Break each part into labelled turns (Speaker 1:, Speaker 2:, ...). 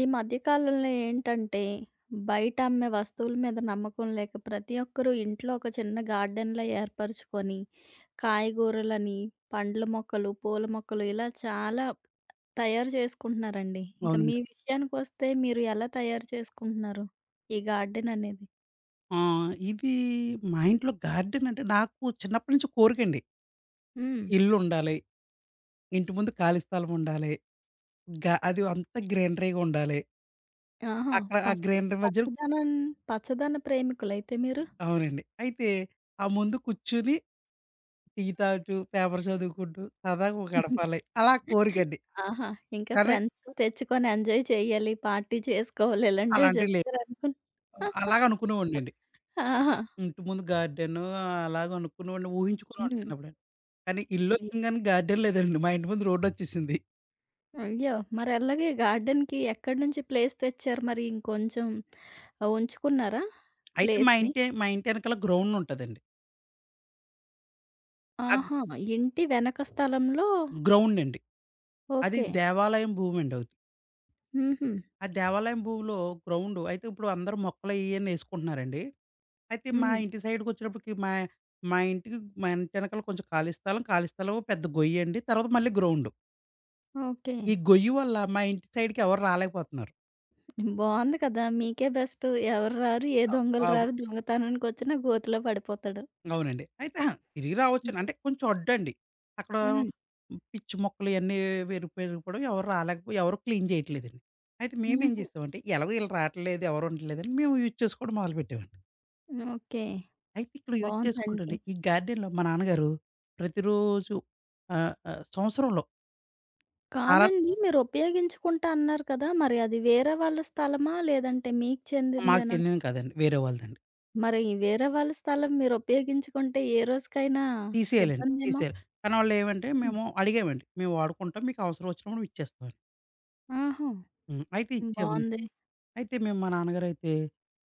Speaker 1: ఈ మధ్య కాలంలో ఏంటంటే, బయట అమ్మే వస్తువుల మీద నమ్మకం లేక ప్రతి ఒక్కరూ ఇంట్లో ఒక చిన్న గార్డెన్‌లా ఏర్పరుచుకొని, కాయగూరలని, పండ్ల మొక్కలు, పూల మొక్కలు ఇలా చాలా తయారు చేసుకుంటున్నారండి. ఇంకా మీ
Speaker 2: అవునండి.
Speaker 1: విషయానికొస్తే మీరు ఎలా తయారు చేసుకుంటున్నారు? ఈ గార్డెన్ అనేది?
Speaker 2: ఇది మా ఇంట్లో గార్డెన్ అంటే నాకు చిన్నప్పటి నుంచి కోరికండి.
Speaker 1: హ్మ్.
Speaker 2: ఇల్లుండాలి, ఇంటి ముందు ఖాళీ స్థలం ఉండాలి. అది అంతా గ్రీనరీగా ఉండాలి.
Speaker 1: ఆహా!
Speaker 2: అక్కడ ఆ
Speaker 1: పచ్చ
Speaker 2: గ్రీనరీ మధ్యలో
Speaker 1: పచ్చదనం పచ్చదన ప్రేమికులైతే మీరు?
Speaker 2: అవునండి. అయితే ఆ ముందు కూర్చొని టీ తాగుతూ, పేపర్ చదువుకుంటూ సరదాగా గడపాలి. అలా కోరికండి.
Speaker 1: ఆహా! ఇంకా
Speaker 2: కానీ
Speaker 1: ఫ్రెండ్స్‌ని తెచ్చుకొని ఎంజాయ్ చేయాలి, పార్టీ చేసుకోవాలి ఇలాంటివి
Speaker 2: అలాంటివి లేవు.
Speaker 1: చెప్తారనుకున్
Speaker 2: అలాగ అనుకునేవాడినండి.
Speaker 1: ఆహా!
Speaker 2: ఇంటి ముందు గార్డెను అలాగ అనుకునేవాడిని. ఊహించుకునేవాడిని
Speaker 1: హ్మ్.
Speaker 2: చిన్నప్పుడు. కానీ
Speaker 1: అయ్యో!
Speaker 2: ఇల్లొచ్చింది కానీ గార్డెన్ లేదండి. మా ఇంటి ముందు రోడ్డొచ్చేసింది.
Speaker 1: అయ్యో! మరి అలాగే గార్డెన్‌కి ఎక్కడి నుంచి ప్లేస్ తెచ్చారు మరి ఇంకొంచెం ఉంచుకున్నారా
Speaker 2: అయితే మా
Speaker 1: ప్లేస్‌ని?
Speaker 2: ఇంటి మా ఇంటి ఎనకాల గ్రౌండుంటదండి. ఆ
Speaker 1: ఆహా! ఇంటి వెనక స్థలంలో
Speaker 2: గ్రౌండండి. అది
Speaker 1: ఓకే.
Speaker 2: దేవాలయం భూమండి అవుద్ది.
Speaker 1: హుహు.
Speaker 2: ఆ దేవాలయం భూమిలో గ్రౌండు అయితే ఇప్పుడు అందరూ మొక్కలయ్యన్నేసుకుంటున్నారండి. అయితే మా
Speaker 1: హ్మ్.
Speaker 2: ఇంటి సైడ్‌కొచ్చేటప్పటికి మా మా ఇంటికి మా ఇంటి ఎనకాల కొంచెం ఖాళీ స్థలం, ఖాళీ స్థలం పెద్ద గొయ్యండి. తర్వాత మళ్ళీ గ్రౌండు.
Speaker 1: ఓకే.
Speaker 2: ఈ గొయ్యి వల్ల మా ఇంటి సైడ్‌కి ఎవరు రాలేకపోతున్నారు.
Speaker 1: బావుంది కదా! మీకే బెస్ట్. ఎవరు రారు, ఏ
Speaker 2: అ
Speaker 1: దొంగలు
Speaker 2: ఆ!
Speaker 1: రారు. దొంగతనానికొచ్చినా గోతిలో పడిపోతాడు.
Speaker 2: అవునండి. అయితే తిరిగి రావచ్చని
Speaker 1: హ్మ్.
Speaker 2: అంటే కొంచెం అడ్డండి. అక్కడ
Speaker 1: హ్మ్.
Speaker 2: పిచ్చి మొక్కలు ఇయన్నీ పెరిగిపోవడం ఎవరు రాలేకపోయి ఎవరు క్లీన్ చేయట్లేదండి. అయితే మేమేం
Speaker 1: హుహు.
Speaker 2: చేసామంటే ఎలాగో ఈళ్ళు రావట్లేదు, ఎవరు ఉండట్లేదని మేము యూజ్ చేసుకోవడం మొదలుపెట్టామండి.
Speaker 1: ఓకే.
Speaker 2: అయితే ఇక్కడ యూజ్
Speaker 1: బావుందండి.
Speaker 2: చేసుకుంటుంటే ఈ గార్డెన్‌లో మా నాన్నగారు ప్రతిరోజు ఆహ్, ఆహ్, సంవత్సరంలో చాలా
Speaker 1: కాదండి మీరు ఉపయోగించుకుంటా అన్నారు కదా! మరి అది వేరే వాళ్ళ స్థలమా? లేదంటే మీకు
Speaker 2: మాకు
Speaker 1: చెందిందేనా?
Speaker 2: చెందింది కాదండి. వేరే వాళ్ళదండి.
Speaker 1: మరి వేరే వాళ్ళ స్థలం మీరు ఉపయోగించుకుంటే ఏ రోజుకైనా
Speaker 2: తీసేయాలండి.
Speaker 1: ఇబ్బందేమో?
Speaker 2: తీసేయాలి. కానీ వాళ్ళేమంటే
Speaker 1: హ్మ్.
Speaker 2: మేము అడిగామండి. మేము వాడుకుంటాం. మీకు అవసరం వచ్చినప్పుడు ఇచ్చేస్తామని.
Speaker 1: ఆహా!
Speaker 2: హ్మ్. అయితే
Speaker 1: హ్మ్.
Speaker 2: ఇచ్చామండి.
Speaker 1: బావుంది.
Speaker 2: అయితే మేము మా నాన్నగారైతే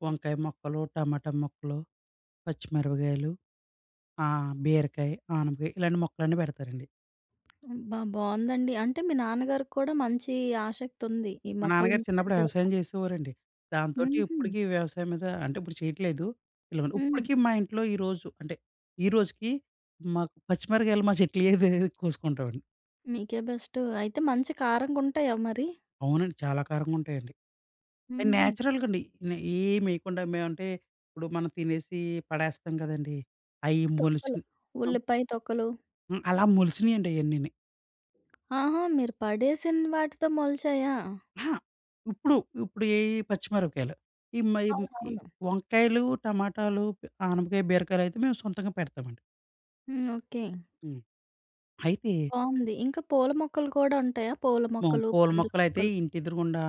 Speaker 2: వంకాయ మొక్కలు, టమాటా మొక్కలు, పచ్చిమిరపకాయలు, బీరకాయ, ఆనపకాయ ఇలాంటి మొక్కలన్నీ పెడతారండి.
Speaker 1: అబ్బా! బావుందండి. అంటే మీ నాన్నగారికి కూడా మంచి ఆసక్తి ఉంది. ఈ
Speaker 2: మా
Speaker 1: మొక్కలను
Speaker 2: నాన్నగారు చిన్నప్పుడు
Speaker 1: పెంచడం.
Speaker 2: వ్యవసాయం చేసేవారండి. దాంతోటి
Speaker 1: హుహు.
Speaker 2: ఇప్పటికి వ్యవసాయం మీద అంటే ఇప్పుడు చేయట్లేదు. ఇలాగ
Speaker 1: హ్మ్.
Speaker 2: ఇప్పటికి మా ఇంట్లో ఈరోజు అంటే ఈ రోజుకి మాకు పచ్చిమిరపకాయలు మా చెట్లుయేదే కోసుకుంటామండి.
Speaker 1: మీకే బెస్ట్. అయితే మంచి కారంగా ఉంటాయా మరి?
Speaker 2: అవునండి. చాలా కారంగా ఉంటాయండి. అయి
Speaker 1: హుహు.
Speaker 2: నేచురల్‌గా అండి. ఏమేయకుండా మేమంటే ఇప్పుడు మనం తినేసి పడేస్తాం కదండీ! అయి
Speaker 1: తొక్కలు,
Speaker 2: మొలిచిన హ్మ్.
Speaker 1: ఉల్లిపాయ తొక్కలు.
Speaker 2: అలా మొలిసినియండి అయన్నీను.
Speaker 1: ఆహా! మీరు పడేసిన వాటితో మొలిచాయా?
Speaker 2: అహా! ఇప్పుడు, ఇప్పుడు ఏయి పచ్చిమిరపకాయలు. ఈ మై ఈ
Speaker 1: అవునవును.
Speaker 2: వంకాయలు, టమాటాలు, ఆనపకాయ, బీరకాయలైతే మేము సొంతంగా పెడతామండి.
Speaker 1: హ్మ్. ఓకే.
Speaker 2: హ్మ్. అయితే
Speaker 1: బావుంది. ఇంకా పూల మొక్కలు కూడా ఉంటాయా? పూల
Speaker 2: మా
Speaker 1: మొక్కలు,
Speaker 2: పూల
Speaker 1: పండ్ల
Speaker 2: మొక్కలైతే
Speaker 1: మొక్కలు.
Speaker 2: ఇంటి ఎదురుగుండా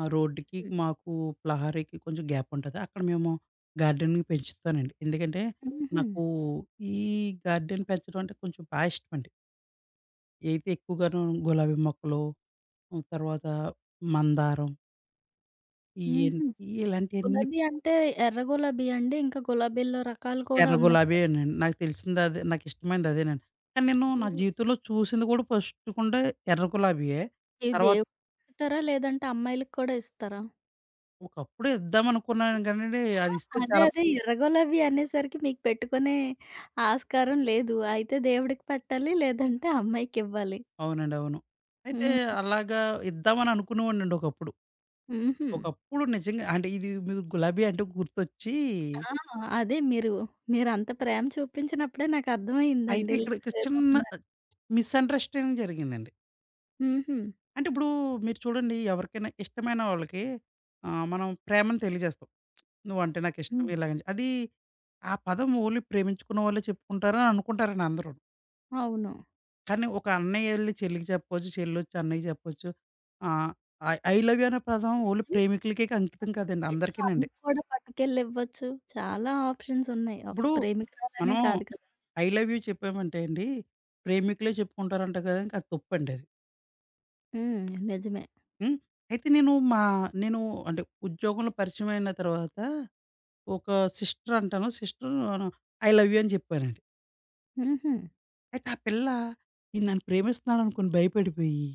Speaker 2: రోడ్డుకి
Speaker 1: హ్మ్.
Speaker 2: మాకు ప్రహరీకి కొంచెం గ్యాప్ ఉంటది. అక్కడ మేము గార్డెనింగ్ పెంచుతానండి. ఎందుకంటే
Speaker 1: హుహు.
Speaker 2: నాకు ఈ గార్డెన్ పెంచడం అంటే కొంచెం బా ఇష్టమండి. అయితే ఎక్కువగాను గులాబీ మొక్కలు, తర్వాత మందారం ఇయన్
Speaker 1: హుహు.
Speaker 2: ఇలాంటియన్నీ
Speaker 1: గులాబీ అంటే ఎర్ర గులాబీ అండి? ఇంకా గులాబీల్లో రకాలు కూడా
Speaker 2: ఎర్ర
Speaker 1: ఉన్నాయి
Speaker 2: గులాబీ
Speaker 1: కదా!
Speaker 2: నండి. నాకు తెలిసిందదే. నాకిష్టమైనదదేనండి. కానీ నేను నా
Speaker 1: హుహు.
Speaker 2: జీవితంలో చూసింది కూడా ఫస్ట్ కుండే ఎర్ర గులాబీయే.
Speaker 1: ఇవి
Speaker 2: తర్వాత
Speaker 1: దేవుడికి ఇస్తారా? లేదంటే అమ్మాయిలకి కూడా ఇస్తారా?
Speaker 2: ఒకప్పుడు ఇద్దామనుకున్నాను కానండి, అది ఇస్తే
Speaker 1: అదే
Speaker 2: చాలా
Speaker 1: అదే ఎర్ర గులాబీ అనేసరికి మీకు పెట్టుకునే ఆస్కారం లేదు. అయితే దేవుడికి పెట్టాలి లేదంటే అమ్మాయికివ్వాలి.
Speaker 2: అవునండి. అవును. అయితే
Speaker 1: హ్మ్.
Speaker 2: అలాగా ఇద్దామని అనుకునేవాడినండి ఒకప్పుడు.
Speaker 1: హుహు.
Speaker 2: ఒకప్పుడు నిజంగా అంటే ఇది మీకు గులాబీ అంటే గుర్తొచ్చి,
Speaker 1: ఆ! అదే మీరంత ప్రేమ చూపించినప్పుడే నాకర్థమయిందండి
Speaker 2: అయితే ఇక్కడ ఇక్కడ
Speaker 1: ఇలాంటిదేదో
Speaker 2: చిన్న
Speaker 1: ఉందని.
Speaker 2: మిస్‌అండర్‌స్టాండింగ్ జరిగిందండి.
Speaker 1: హుహు.
Speaker 2: అంటే ఇప్పుడు మీరు చూడండి ఎవరికైనా ఇష్టమైన వాళ్ళకి మనం ప్రేమను తెలియజేస్తాం. నువ్వంటే నాకిష్టం
Speaker 1: హ్మ్.
Speaker 2: ఇలాగని. అది ఆ పదం ఓన్లీ ప్రేమించుకున్న వాళ్ళే చెప్పుకుంటారు అని అనుకుంటారండి అందరూను.
Speaker 1: అవును.
Speaker 2: కానీ ఒక అన్నయ్య ఎళ్లి చెల్లికి చెప్పొచ్చు, చెల్లొచ్చి అన్నయ్యకి చెప్పొచ్చు. ఆహ్, ఐ ఐ లవ్ యూ అనే పదం ఓన్లీ
Speaker 1: నిజమే
Speaker 2: ప్రేమికులకే అంకితం కాదండి
Speaker 1: ఇంట్లో
Speaker 2: అందరికీనండి.
Speaker 1: అమ్మకి కూడా పట్టుకెళ్ళివ్వచ్చు. చాలా ఆప్షన్స్ ఉన్నాయి. ఒక్క
Speaker 2: ఇప్పుడు
Speaker 1: ప్రేమికురాలనే
Speaker 2: మనం
Speaker 1: కాదు కదా!
Speaker 2: ఐ లవ్ యూ చెప్పామంటే అండి, ప్రేమికులే చెప్పుకుంటారంట కదా! ఇంకా అది తప్పండి అది.
Speaker 1: హ్మ్. నిజమే.
Speaker 2: హ్మ్. అయితే నేను అంటే ఉద్యోగంలో పరిచయం అయిన తర్వాత ఒక సిస్టర్ అంటాను. సిస్టర్ ఐ లవ్ యూ అని చెప్పానండి.
Speaker 1: హుహు.
Speaker 2: అయితే ఆ పిల్ల నన్ను ప్రేమిస్తున్నాడనుకోని భయపడిపోయి,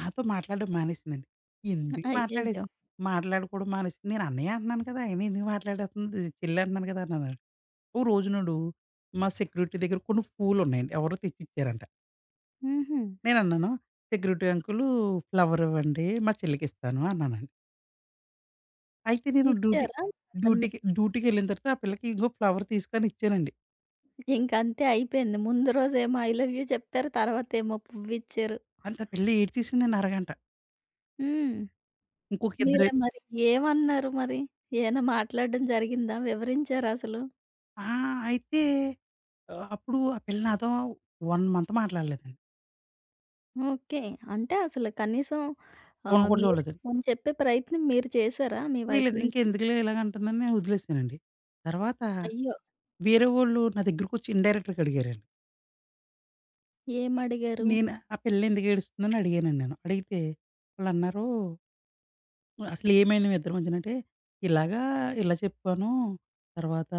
Speaker 2: నాతో మాట్లాడడం మానేసిందండి. ఎందుకు మాట్లాడేది
Speaker 1: అయ్యయ్యో!
Speaker 2: మాట్లాడుకోవడం మానేసింది. నేను అన్నయ్య అంటున్నాను కదా! అయినా ఎందుకు మాట్లాడేస్తుంది చెల్లి అంటున్నాను కదా! అన్నానండి. ఓ రోజునాడు మా సెక్యూరిటీ దగ్గర కొన్ని పూలున్నాయండి. ఎవరో తెచ్చిచ్చారంట.
Speaker 1: హుహు.
Speaker 2: నేనన్నాను, "సెక్యూరిటీ అంకుల్ ఫ్లవర్ ఇవ్వండి మా చెల్లికిస్తాను" అన్నానండి. అయితే నేను డ్యూటీ
Speaker 1: ఇచ్చారా? అతను మీ
Speaker 2: డ్యూటీకి డ్యూటీకెళ్ళిన తర్వాత ఆ పిల్లకి ఇదిగో ఫ్లవర్ తీసుకో అని ఇచ్చానండి.
Speaker 1: ఇంకంతే అయిపోయింది. ముందు రోజేమో ఐ లవ్ యూ చెప్పారు. తర్వాతేమో పువ్విచ్చారు.
Speaker 2: అంతే ఆ పిల్ల ఏడ్చేసిందండి అరగంట.
Speaker 1: హ్మ్.
Speaker 2: ఇంకొక ఇద్దరు
Speaker 1: మీరే మరి ఏమన్నారు మరి? ఏమైనా మాట్లాడడం జరిగిందా? వివరించారా అసలు?
Speaker 2: ఆ! అయితే అప్పుడు ఆ పిల్ల నాతో 1 మంత్ మాట్లాడలేదండి.
Speaker 1: ఓకే. అంటే అసలు కనీసం
Speaker 2: చూడను కూడా
Speaker 1: మీరు
Speaker 2: చూడలేదండి.
Speaker 1: పోనీ చెప్పే ప్రయత్నం చేసారా మీ వైపు
Speaker 2: చేయలేదు.
Speaker 1: నుంచి?
Speaker 2: ఇంకెందుకులే ఇలాగ అంటుందని నేను వదిలేసానండి. తర్వాత
Speaker 1: అయ్యో!
Speaker 2: వేరే వోళ్ళు నా దగ్గరకొచ్చి ఇన్‌డైరెక్ట్‌గా అడిగారండి.
Speaker 1: ఏమడిగారు?
Speaker 2: ఆ పిల్ల ఎందుకు ఏడుస్తుందని అడిగానండి నేను. అడిగితే వాళ్ళన్నారు అసలు ఏమైంది మీ ఇద్దరి మధ్యన అంటే, ఇలాగా ఇలా చెప్పాను. తర్వాత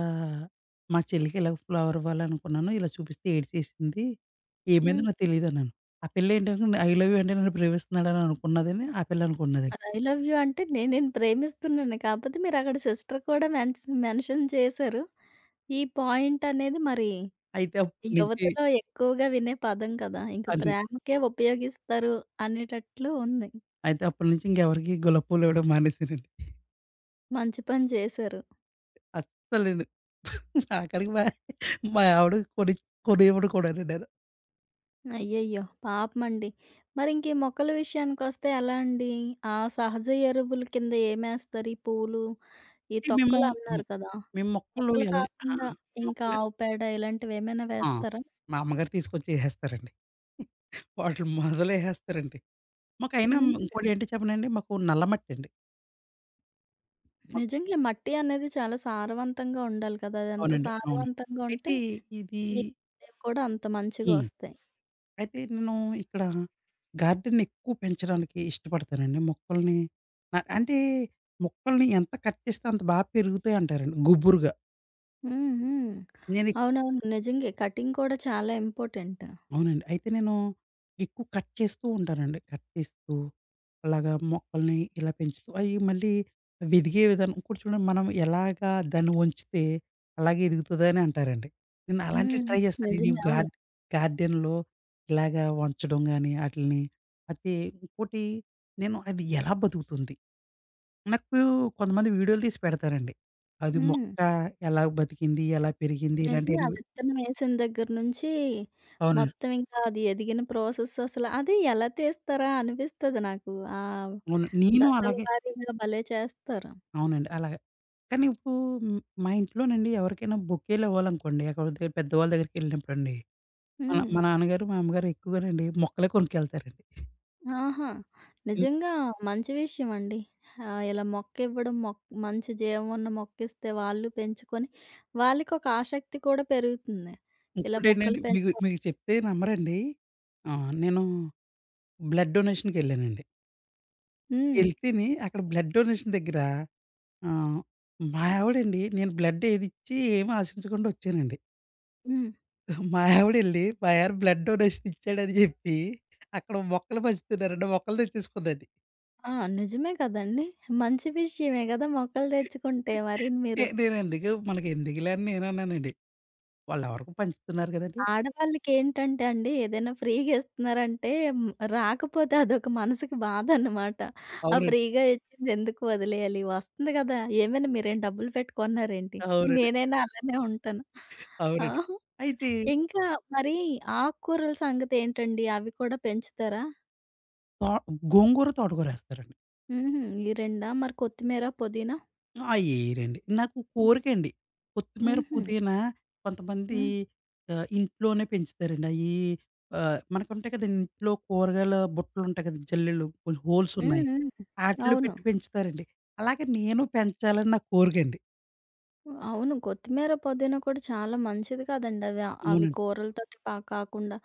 Speaker 2: మా చెల్లికి ఇలా ఫ్లవర్ ఇవ్వాలనుకున్నాను. ఇలా చూపిస్తే ఏడ్చేసింది. ఏమైందో
Speaker 1: హ్మ్.
Speaker 2: హ్మ్. నాకు తెలీదన్నాను. ఆ పిల్ల ఏంటనుకుంది ఐ లవ్ యూ అంటే నన్ను ప్రేమిస్తున్నాడని అనుకున్నదని ఆ పిల్ల అనుకున్నది.
Speaker 1: మరి ఐ లవ్ యూ అంటే నేను నిన్ను ప్రేమిస్తున్నాను. కాకపోతే మీరక్కడ సిస్టర్ కూడా మెన్షన్ చేసారు. ఈ పాయింటనేది మరి
Speaker 2: అయితే అప్పటి నుంచి
Speaker 1: యువతలో ఎక్కువగా వినే పదం కదా! ఇంక
Speaker 2: అది.
Speaker 1: ప్రేమకే ఉపయోగిస్తారు అనేటట్లు ఉంది.
Speaker 2: అయితే అప్పటి నుంచి ఇంకెవరికీ గులాబీ పూలు ఇవ్వడం మానేసానండి.
Speaker 1: మంచి పని చేశారు.
Speaker 2: అస్సలండి. ఆఖరికి మా మా ఆవిడ కొనివ్వడు కూడానండి నేను.
Speaker 1: అయ్యయ్యో! పాపమండి. మరింక ఈ మొక్కల విషయానికొస్తే ఎలా అండి? ఆ సహజ ఎరువుల కింద ఏమేస్తారు? ఈ పూలు, ఈ
Speaker 2: అంటే మేము,
Speaker 1: తొక్కలు అన్నారు కదా!
Speaker 2: మేము మొక్కలు
Speaker 1: తొక్కలు
Speaker 2: ఎలాగ ఆ!
Speaker 1: కాకుండా ఇంకా
Speaker 2: మొక్కలు
Speaker 1: ఆవు పేడ ఇలాంటివేమైనా
Speaker 2: ఆ!
Speaker 1: వేస్తారా?
Speaker 2: మా అమ్మగారు తీసుకొచ్చి ఎసేస్తారండి. వాటిలు మొదలెసేస్తారండి. మాకైనా
Speaker 1: హ్మ్.
Speaker 2: ఇంకోటేంటో చెప్పనండి మాకు నల్లమట్టండి. మాకు
Speaker 1: నిజంగా మట్టి అనేది చాలా సారవంతంగా ఉండాలి కదా! అదెంత
Speaker 2: అవునండి. అవును.
Speaker 1: సారవంతంగా ఉంటే
Speaker 2: అయితే ఇది
Speaker 1: మీకు కూడా అంత
Speaker 2: హ్మ్.
Speaker 1: మంచిగొస్తాయి.
Speaker 2: అయితే నేను ఇక్కడ గార్డెన్ ఎక్కువ పెంచడానికి ఇష్టపడతానండి. మొక్కల్ని అంటే మొక్కల్ని ఎంత కట్ చేస్తే అంత బా పెరుగుతాయంటారండి గుబురుగా.
Speaker 1: హ్మ్. హ్మ్.
Speaker 2: నేనెక్కువ
Speaker 1: అవునవును. నిజంగే. కటింగ్ కూడా చాలా ఇంపార్టెంట్.
Speaker 2: అవునండి. అయితే నేను ఎక్కువ కట్ చేస్తూ ఉంటానండి. కట్ చేస్తూ అలాగా మొక్కల్ని ఇలా పెంచుతూ అయి మళ్ళీ ఎదిగే విధానం ఇంకోటి చూడండి మనం ఎలాగా దాన్ని ఉంచితే అలాగే ఎదుగుతదని అంటారండి. నేను అలాంటివి
Speaker 1: హ్మ్.
Speaker 2: ట్రై చేస్తాను.
Speaker 1: నిజమే.
Speaker 2: నేను
Speaker 1: అవును.
Speaker 2: గార్డ్ గార్డెన్‌లో ఇలాగా ఉంచడం గాని ఆటిల్ని అయితే ఇంకోటి నేను అది ఎలా బతుకుతుంది? నాకు కొంతమంది వీడియోలు తీసి పెడతారండి. అది
Speaker 1: హ్మ్.
Speaker 2: మొక్క ఎలా బతికింది? ఎలా పెరిగింది?
Speaker 1: నిజమే. ఆ
Speaker 2: ఇలాంటియన్ని
Speaker 1: విత్తనం ఏసిన దగ్గర నుంచి
Speaker 2: అవునండి.
Speaker 1: మొత్తం ఇంకా అది ఎదిగిన ప్రాసెస్ అసలు అది ఎలా తీస్తారా అనిపిస్తది నాకు. ఆ
Speaker 2: అవును. నేను
Speaker 1: దశల
Speaker 2: అలాగే
Speaker 1: వారీగా భలే చేస్తారు.
Speaker 2: అవునండి. అలాగే. కానీ ఇప్పుడు హ్మ్, మా ఇంట్లోనండి ఎవరికైనా బొకేలివ్వాలనుకోండి, ఎక్కడ దగ్గర పెద్దవాళ్ళ దగ్గరికెళ్ళినప్పుడండి,
Speaker 1: హ్మ్.
Speaker 2: మా నాన్నగారు, మా అమ్మగారు ఎక్కువగానండి మొక్కలే కొనుక్కెళ్తారండి.
Speaker 1: ఆహా!
Speaker 2: ఎందు
Speaker 1: నిజంగా మంచి విషయం అండి. ఇలా మొక్క ఇవ్వడం మంచి జీవం ఉన్న మొక్కిస్తే వాళ్ళు పెంచుకొని వాళ్ళకొక ఆసక్తి కూడా పెరుగుతుంది. ఇలా మొక్కలు
Speaker 2: ఇంకోటేంటంటే మీకు
Speaker 1: పెంచాలి.
Speaker 2: మీకు చెప్తే నమ్మరండి. నేను బ్లడ్ డొనేషన్‌కెళ్ళానండి.
Speaker 1: హ్మ్.
Speaker 2: ఎళ్తేని అక్కడ బ్లడ్ డొనేషన్ దగ్గర ఆహ్, మా ఆవిడండి నేను బ్లడ్ ఏదిచ్చి ఏమి ఆశించకుండా వచ్చానండి.
Speaker 1: హ్మ్.
Speaker 2: మా ఆవిడెళ్లి మా ఆయన బ్లడ్ డొనేషన్ ఇచ్చాడని చెప్పి, అక్కడ మొక్కలు పంచుతున్నారండి. మొక్కలు తెచ్చేసుకుందండి.
Speaker 1: ఆ! నిజమే కదండీ! మంచి విషయమే గదా! మొక్కలు తెచ్చుకుంటే. మరి మీరు
Speaker 2: నేనెందుకు మనకి ఎందుకులే అని నేనన్నానండి. వాళ్ళెవరికో పంచుతున్నారు కదండీ!
Speaker 1: ఆడవాళ్ళకేంటంటే అండి ఏదైనా ఫ్రీగా ఇస్తున్నారంటే హ్మ్, రాకపోతే అదొక మనసుకి బాధన్నమాట. ఆ
Speaker 2: అవునండి.
Speaker 1: ఫ్రీగా ఇచ్చింది ఎందుకు వదిలేయాలి? వస్తుంది గదా! ఏమైనా మీరేం డబ్బులు పెట్టి కొన్నారేంటి?
Speaker 2: అవునండి.
Speaker 1: నేనైనా అలానే ఉంటాను. ఆ!
Speaker 2: అవునండి. అయితే
Speaker 1: ఇంకా మరి ఆకుకూరల సంగతేంటండి? అవి కూడా పెంచుతారా?
Speaker 2: తో గోంగూర, తోటకూరేస్తారండి.
Speaker 1: హుహు. ఈ రెండా? మరి కొత్తిమీర, పుదీనా?
Speaker 2: అయ్యేయరండి. నాకు కోరికండి. కొత్తిమీర,
Speaker 1: హుహు.
Speaker 2: పుదీనా కొంతమంది
Speaker 1: హ్మ్.
Speaker 2: ఇంట్లోనే పెంచుతారండి. అయ్యి మనకుంటాయి కదండీ ఇంట్లో కూరగాయల బుట్టలుంటాయి కదా! జల్లెళ్ళు కొంచెం హోల్సున్నాయి.
Speaker 1: హ్మ్. హ్మ్.
Speaker 2: ఆటిల్లో
Speaker 1: అవును.
Speaker 2: పెట్టి పెంచుతారండి. అలాగే నేను పెంచాలని నా కోరికండి.
Speaker 1: అవును. కొత్తిమీర, పుదీనా కూడా చాలా మంచిది కాదండి. అవి అవి
Speaker 2: అవునండి.
Speaker 1: కూరలతోటి కాకుండా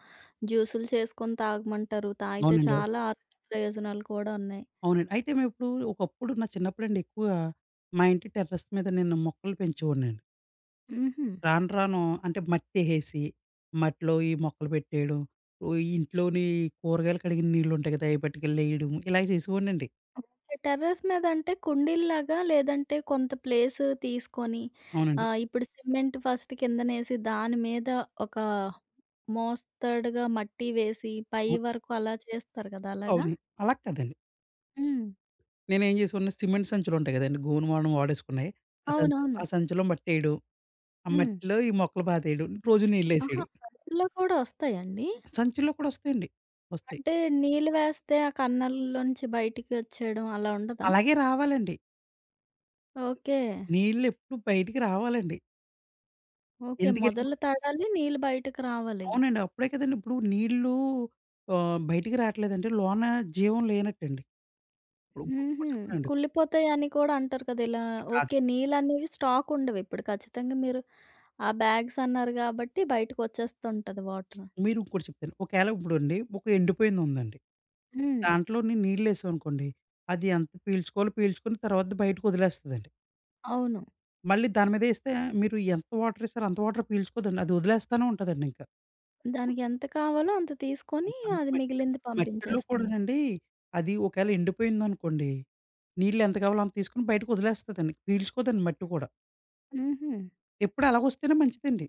Speaker 1: జ్యూసులు చేసుకొని తాగమంటారు. తాగితే
Speaker 2: అవునండి. అవును.
Speaker 1: చాలా ఆరోగ్య ప్రయోజనాలు కూడా ఉన్నాయి.
Speaker 2: అవునండి. అయితే మేమిప్పుడు ఒకప్పుడు నా చిన్నప్పుడండి ఎక్కువగా మా ఇంటి టెర్రస్ మీద నేను మొక్కలు పెంచేవాడినండి.
Speaker 1: హుహు.
Speaker 2: రాను రాను అంటే మట్టేసేసి, మట్టిలో ఈ మొక్కలు పెట్టేయడం, ఓ ఈ ఇంట్లోని కూరగాయలు కడిగిన నీళ్ళుంటాయి కదా! అయి పట్టుకెళ్ళేయడం ఇలా చేసేవాడినండి.
Speaker 1: ఓకే. టెర్రస్ మీద అంటే కుండీల్లాగా లేదంటే కొంత ప్లేస్ తీసుకొని
Speaker 2: అవునండి.
Speaker 1: ఇప్పుడు సిమెంట్ ఫస్ట్ కిందనేసి దాని మీద ఒక మోస్తాడుగా మట్టి వేసి పై
Speaker 2: అవును.
Speaker 1: వరకు అలా చేస్తారు కదా! అలాగా?
Speaker 2: అవును. అలా కాదండి.
Speaker 1: హ్మ్.
Speaker 2: నేనేం చేసేవాడిని సిమెంట్ సంచులుంటాయి కదండీ! గోను మనం వాడేసుకున్నాయి.
Speaker 1: అవునవును.
Speaker 2: ఆ సంచిలో మట్టేయడం, ఆ
Speaker 1: హ్మ్.
Speaker 2: మట్టిలో ఈ మొక్కలు పాతేయడం, రోజు
Speaker 1: ఆహా!
Speaker 2: నీళ్ళేసేయడం.
Speaker 1: సంచుల్లో కూడా వస్తాయండి?
Speaker 2: సంచుల్లో కూడా వస్తాయండి. వస్తాయి.
Speaker 1: అంటే నీళ్ళు వేస్తే ఆ కన్నాల్లోంచి బయటికి వచ్చేయడం అలా ఉండదా?
Speaker 2: అలాగే రావాలండి.
Speaker 1: ఓకే.
Speaker 2: నీళ్ళెప్పుడు బయటికి రావాలండి.
Speaker 1: ఓకే.
Speaker 2: ఎందుకెళ్ళిపో
Speaker 1: మొదలు తడాలి, నీళ్ళు బయటకి రావాలి.
Speaker 2: అవునండి. అప్పుడే కదండీ! ఇప్పుడు నీళ్ళు బయటికి రాట్లేదంటే లోన జీవం లేనట్టండి. ఇప్పుడు
Speaker 1: హుహు.
Speaker 2: ఇంకోటి చెప్తానండి.
Speaker 1: కుళ్ళిపోతాయని కూడా అంటారు కదా! ఇలా ఓకే.
Speaker 2: కాదండి.
Speaker 1: నీళ్ళనేవి స్టాక్ ఉండవు. ఇప్పుడు ఖచ్చితంగా మీరు ఆ బ్యాగ్స్ అన్నారు కాబట్టి బయటకొచ్చేస్తుంటది వాటర్.
Speaker 2: మీరు ఇంకోటి చెప్తాను. ఒకేళ ఇప్పుడండి ఒక ఎండిపోయింది ఉందండి.
Speaker 1: హ్మ్.
Speaker 2: దాంట్లోని నీళ్ళేసామనుకోండి. అది ఎంత పీల్చుకోవాలో పీల్చుకొని తర్వాత బయటకొదిలేస్తదండి.
Speaker 1: అవును.
Speaker 2: మళ్ళీ దాని మీద ఏస్తే మీరు ఎంత వాటరేసారో అంత వాటర్ పీల్చుకోదండి. అది వదిలేస్తానే ఉంటదండి ఇంకా.
Speaker 1: దానికి ఎంత కావాలో అంత తీసుకొని
Speaker 2: అలాగే
Speaker 1: అది
Speaker 2: మట్టి
Speaker 1: మిగిలింది
Speaker 2: మట్టిలో
Speaker 1: పంపించేస్తుంది.
Speaker 2: కూడానండి అది ఒకేళ ఎండిపోయిందనుకోండి, నీళ్ళు ఎంత కావాలో అంత తీసుకొని బయటకొదిలేస్తదండి. పీల్చుకోదండి మట్టి కూడా.
Speaker 1: హుహు.
Speaker 2: ఎప్పుడు అలాగొస్తేనే మంచిదండి.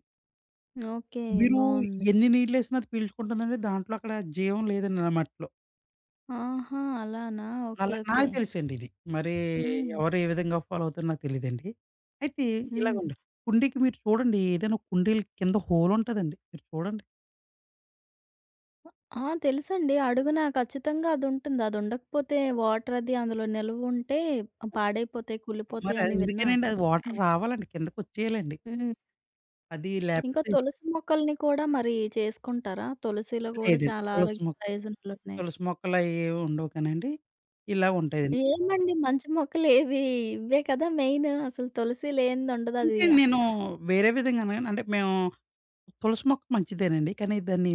Speaker 1: ఓకే.
Speaker 2: మీరు
Speaker 1: బావుంది.
Speaker 2: ఎన్ని నీళ్ళేసినా అది పీల్చుకుంటుందండి. దాంట్లో అక్కడ జీవం లేదండి నా మట్టిలో.
Speaker 1: ఆహా! అలానా? ఓకే.
Speaker 2: అలా
Speaker 1: ఓకే.
Speaker 2: నాకు తెలుసండి ఇది. మరి
Speaker 1: హ్మ్.
Speaker 2: ఎవరు ఏ విధంగా ఫాలో అవుతారో నాకు తెలీదండి. అయితే
Speaker 1: హ్మ్.
Speaker 2: ఇలాగుండి. కుండీకి మీరు చూడండి ఏదైనా కుండీల కింద హోలుంటదండి. మీరు చూడండి.
Speaker 1: ఆ! తెలుసండి. అడుగున ఖచ్చితంగా అదుంటుంది. అదుండకపోతే వాటర్ అది అందులో నిలవుంటే పాడైపోతాయి,
Speaker 2: మరి
Speaker 1: కుళ్ళిపోతాయి
Speaker 2: అది
Speaker 1: అని విన్నా
Speaker 2: ఎందుకేనండి
Speaker 1: అండి.
Speaker 2: అది వాటర్
Speaker 1: హ్మ్.
Speaker 2: రావాలండి. కిందకొచ్చేయాలండి.
Speaker 1: హ్మ్.
Speaker 2: అది
Speaker 1: ఇంకా
Speaker 2: లేపోతే
Speaker 1: తులసి మొక్కల్ని కూడా మరి చేసుకుంటారా? తులసిలో గూడా
Speaker 2: లేదండి.
Speaker 1: చాలా ఆరోగ్య ప్రయోజనాలున్నాయి.
Speaker 2: తులసి మొక్కలయి ఏవి ఉండవు కానండి. ఇలా ఉంటాయండి.
Speaker 1: ఏమండి మంచి మొక్కలేవి ఇవ్వే కదా మెయిన్. అసలు తులసి లేనిదుండదు. అది
Speaker 2: అంటే నేను వేరే విధంగా అనగానే అంటే మేము తులసి మొక్క మంచిదేనండి. కానీ దాన్ని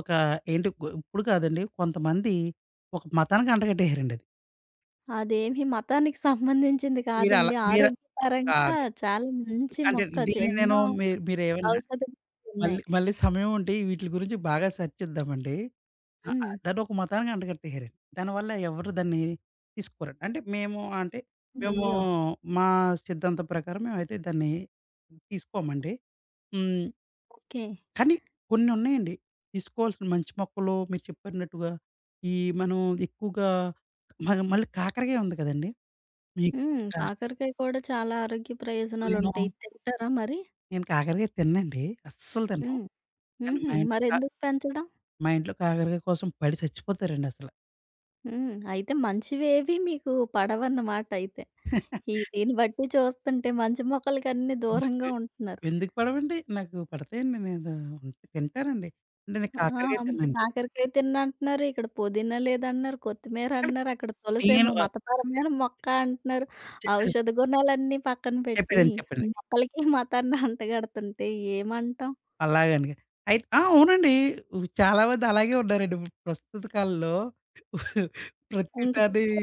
Speaker 2: ఒక ఏంటి గొ ఇప్పుడు కాదండి. కొంతమంది ఒక మతానికి అంటగట్టేసారండి అది.
Speaker 1: అదేమి మతానికి సంబంధించింది కాదండి.
Speaker 2: మీరు
Speaker 1: ఆరోగ్యపరంగా
Speaker 2: కాదు.
Speaker 1: చాలా మంచి
Speaker 2: అంటే
Speaker 1: మొక్క.
Speaker 2: దీన్ని నేను
Speaker 1: ఎన్నో
Speaker 2: మీరేమన్నా
Speaker 1: ఔషధ గుణాలున్నాయి.
Speaker 2: మళ్ళీ మళ్ళీ సమయం ఉంటే వీటిలి గురించి బాగా సెర్చ్ చేద్దామండి. ఆ! ఆ!
Speaker 1: హ్మ్.
Speaker 2: దాన్ని ఒక మతానికి అంటగట్టేసారండి. దానివల్ల ఎవరు దాన్ని తీసుకోరండి. అంటే మేము అంటే మేము
Speaker 1: అయ్యో!
Speaker 2: మా సిద్ధాంతం ప్రకారం మేమైతే దాన్ని తీసుకోమండి. హ్మ్.
Speaker 1: ఓకే.
Speaker 2: కానీ కొన్ని ఉన్నాయండి. తీసుకోవాల్సిన మంచి మొక్కలు మీరు చెప్పినట్టుగా ఈ మనం ఎక్కువగా మళ్ళీ కాకరకాయ ఉంది కదండీ! మీకు
Speaker 1: హ్మ్.
Speaker 2: కాకరకాయ
Speaker 1: కాకరకాయ కూడా చాలా ఆరోగ్య
Speaker 2: నేను,
Speaker 1: ప్రయోజనాలుంటాయి. ఇది తింటారా మరి?
Speaker 2: నేను కాకరకాయ తిననండి. అస్సలు తినను.
Speaker 1: హ్మ్.
Speaker 2: కానీ
Speaker 1: హుహు. మరెందుకు పెంచడం?
Speaker 2: మా ఇంట్లో కాకరకాయ కోసం పడి చచ్చిపోతారండి అసల.
Speaker 1: హ్మ్. అయితే మంచివేవి మీకు పడవన్నమాట అయితే. ఈ దీన్ని బట్టి చూస్తుంటే మంచి మొక్కలకన్నీ
Speaker 2: ఎందుకు
Speaker 1: దూరంగా ఉంటున్నారు.
Speaker 2: ఎందుకు పడవండి? నాకు పడతాయండి. నేను ఉంటే తింటానండి. అంటే నేను
Speaker 1: ఆ!
Speaker 2: కాకరకాయ
Speaker 1: మీరు
Speaker 2: తిననండి.
Speaker 1: కాకరకాయ తిన్నంటున్నారు, ఇక్కడ పుదీనా లేదన్నారు, కొత్తిమీర
Speaker 2: కానీ
Speaker 1: అంటున్నారు, అక్కడ
Speaker 2: నేను
Speaker 1: తులసేమో మతపరమైన మొక్క అంటున్నారు.
Speaker 2: చెప్పేది
Speaker 1: ఔషధ గుణాలన్నీ పక్కన పెట్టి,
Speaker 2: చెప్పేదండి చెప్పండి.
Speaker 1: మొక్కలకి మతాన్ని అంటగడుతుంటే ఏమంటాం?
Speaker 2: అలాగని. అయితే ఆ! అవునండి. చాలా మంది అలాగే ఉన్నారండి. ఇప్పుడు ప్రస్తుత కాలంలో ప్రతి
Speaker 1: ఇంక
Speaker 2: దాని
Speaker 1: పిచ్చి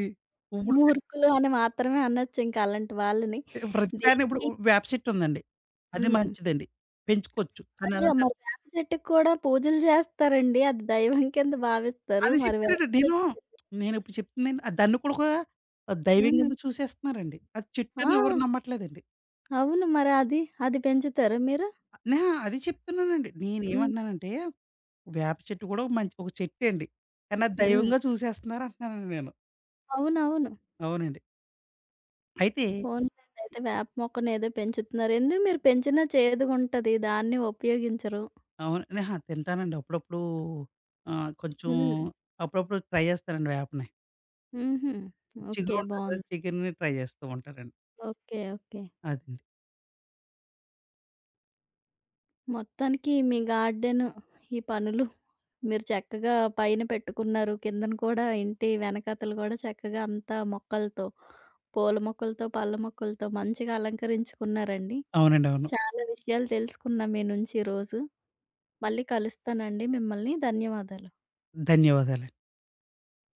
Speaker 2: ఇప్పుడు
Speaker 1: మూర్ఖులు అని మాత్రమే అనొచ్చు ఇంకా అలాంటి వాళ్ళని.
Speaker 2: ప్రతి దాన్ని ఇప్పుడు
Speaker 1: దేనికి
Speaker 2: వేప చెట్టు ఉందండి. అది
Speaker 1: హ్మ్.
Speaker 2: మంచిదండి. పెంచుకోవచ్చు. కానీ
Speaker 1: అయ్యో!
Speaker 2: అదంటారు
Speaker 1: మరి వేప చెట్టుకి కూడా పూజలు చేస్తారండి. అది దైవం కింద భావిస్తారు.
Speaker 2: అది
Speaker 1: మరి వేప
Speaker 2: చెప్తానండి. నేను
Speaker 1: చెట్టు
Speaker 2: నేను ఇప్పుడు చెప్తుందండి. ఆ దాన్ని కూడా ఒక దైవం
Speaker 1: హ్మ్.
Speaker 2: కింద చూసేస్తున్నారండి. అది చెట్టు
Speaker 1: ఆ!
Speaker 2: అని ఎవరు నమ్మట్లేదండి.
Speaker 1: అవును. మరి అది, అది పెంచుతారా మీరు?
Speaker 2: నా అది చెప్తున్నానండి.
Speaker 1: హ్మ్.
Speaker 2: నేనేమంటున్నానంటే వేప చెట్టు కూడా ఒక మంచి చెట్టే అండి. కానీ అది
Speaker 1: హ్మ్.
Speaker 2: దైవంగా చూసేస్తున్నారు అంటున్నానండి నేను.
Speaker 1: అవునవును.
Speaker 2: అవునండి. అయితే
Speaker 1: పోనీలెండి అయితే వేప మొక్కనేదో పెంచుతున్నారు. ఎందుకు మీరు పెంచినా చేదుగుంటది. దాన్ని ఉపయోగించరు.
Speaker 2: అవును. అహా! తింటానండి అప్పుడప్పుడు కొంచెం
Speaker 1: హ్మ్.
Speaker 2: అప్పుడప్పుడు ట్రై చేస్తానండి వేపని.
Speaker 1: హుహు. ఓకే.
Speaker 2: చిగురు ఉంటది కదా!
Speaker 1: బావుంది.
Speaker 2: చిగురిని ట్రై చేస్తూ ఉంటారండి.
Speaker 1: ఓకే. ఓకే.
Speaker 2: అదండి.
Speaker 1: మొత్తానికి మీ గార్డెను, ఈ పనులు మీరు చక్కగా పైన పెట్టుకున్నారు. కిందన కూడా ఇంటి వెనకాతల గూడా చక్కగా అంతా మొక్కలతో, పూల మొక్కలతో, పళ్ళ మొక్కలతో మంచిగా అలంకరించుకున్నారండి.
Speaker 2: అవునండి. అవును.
Speaker 1: చాలా విషయాలు తెలుసుకున్నా మీ నుంచి ఈరోజు. మళ్ళీ కలుస్తానండి మిమ్మల్ని. ధన్యవాదాలు.
Speaker 2: ధన్యవాదాలు.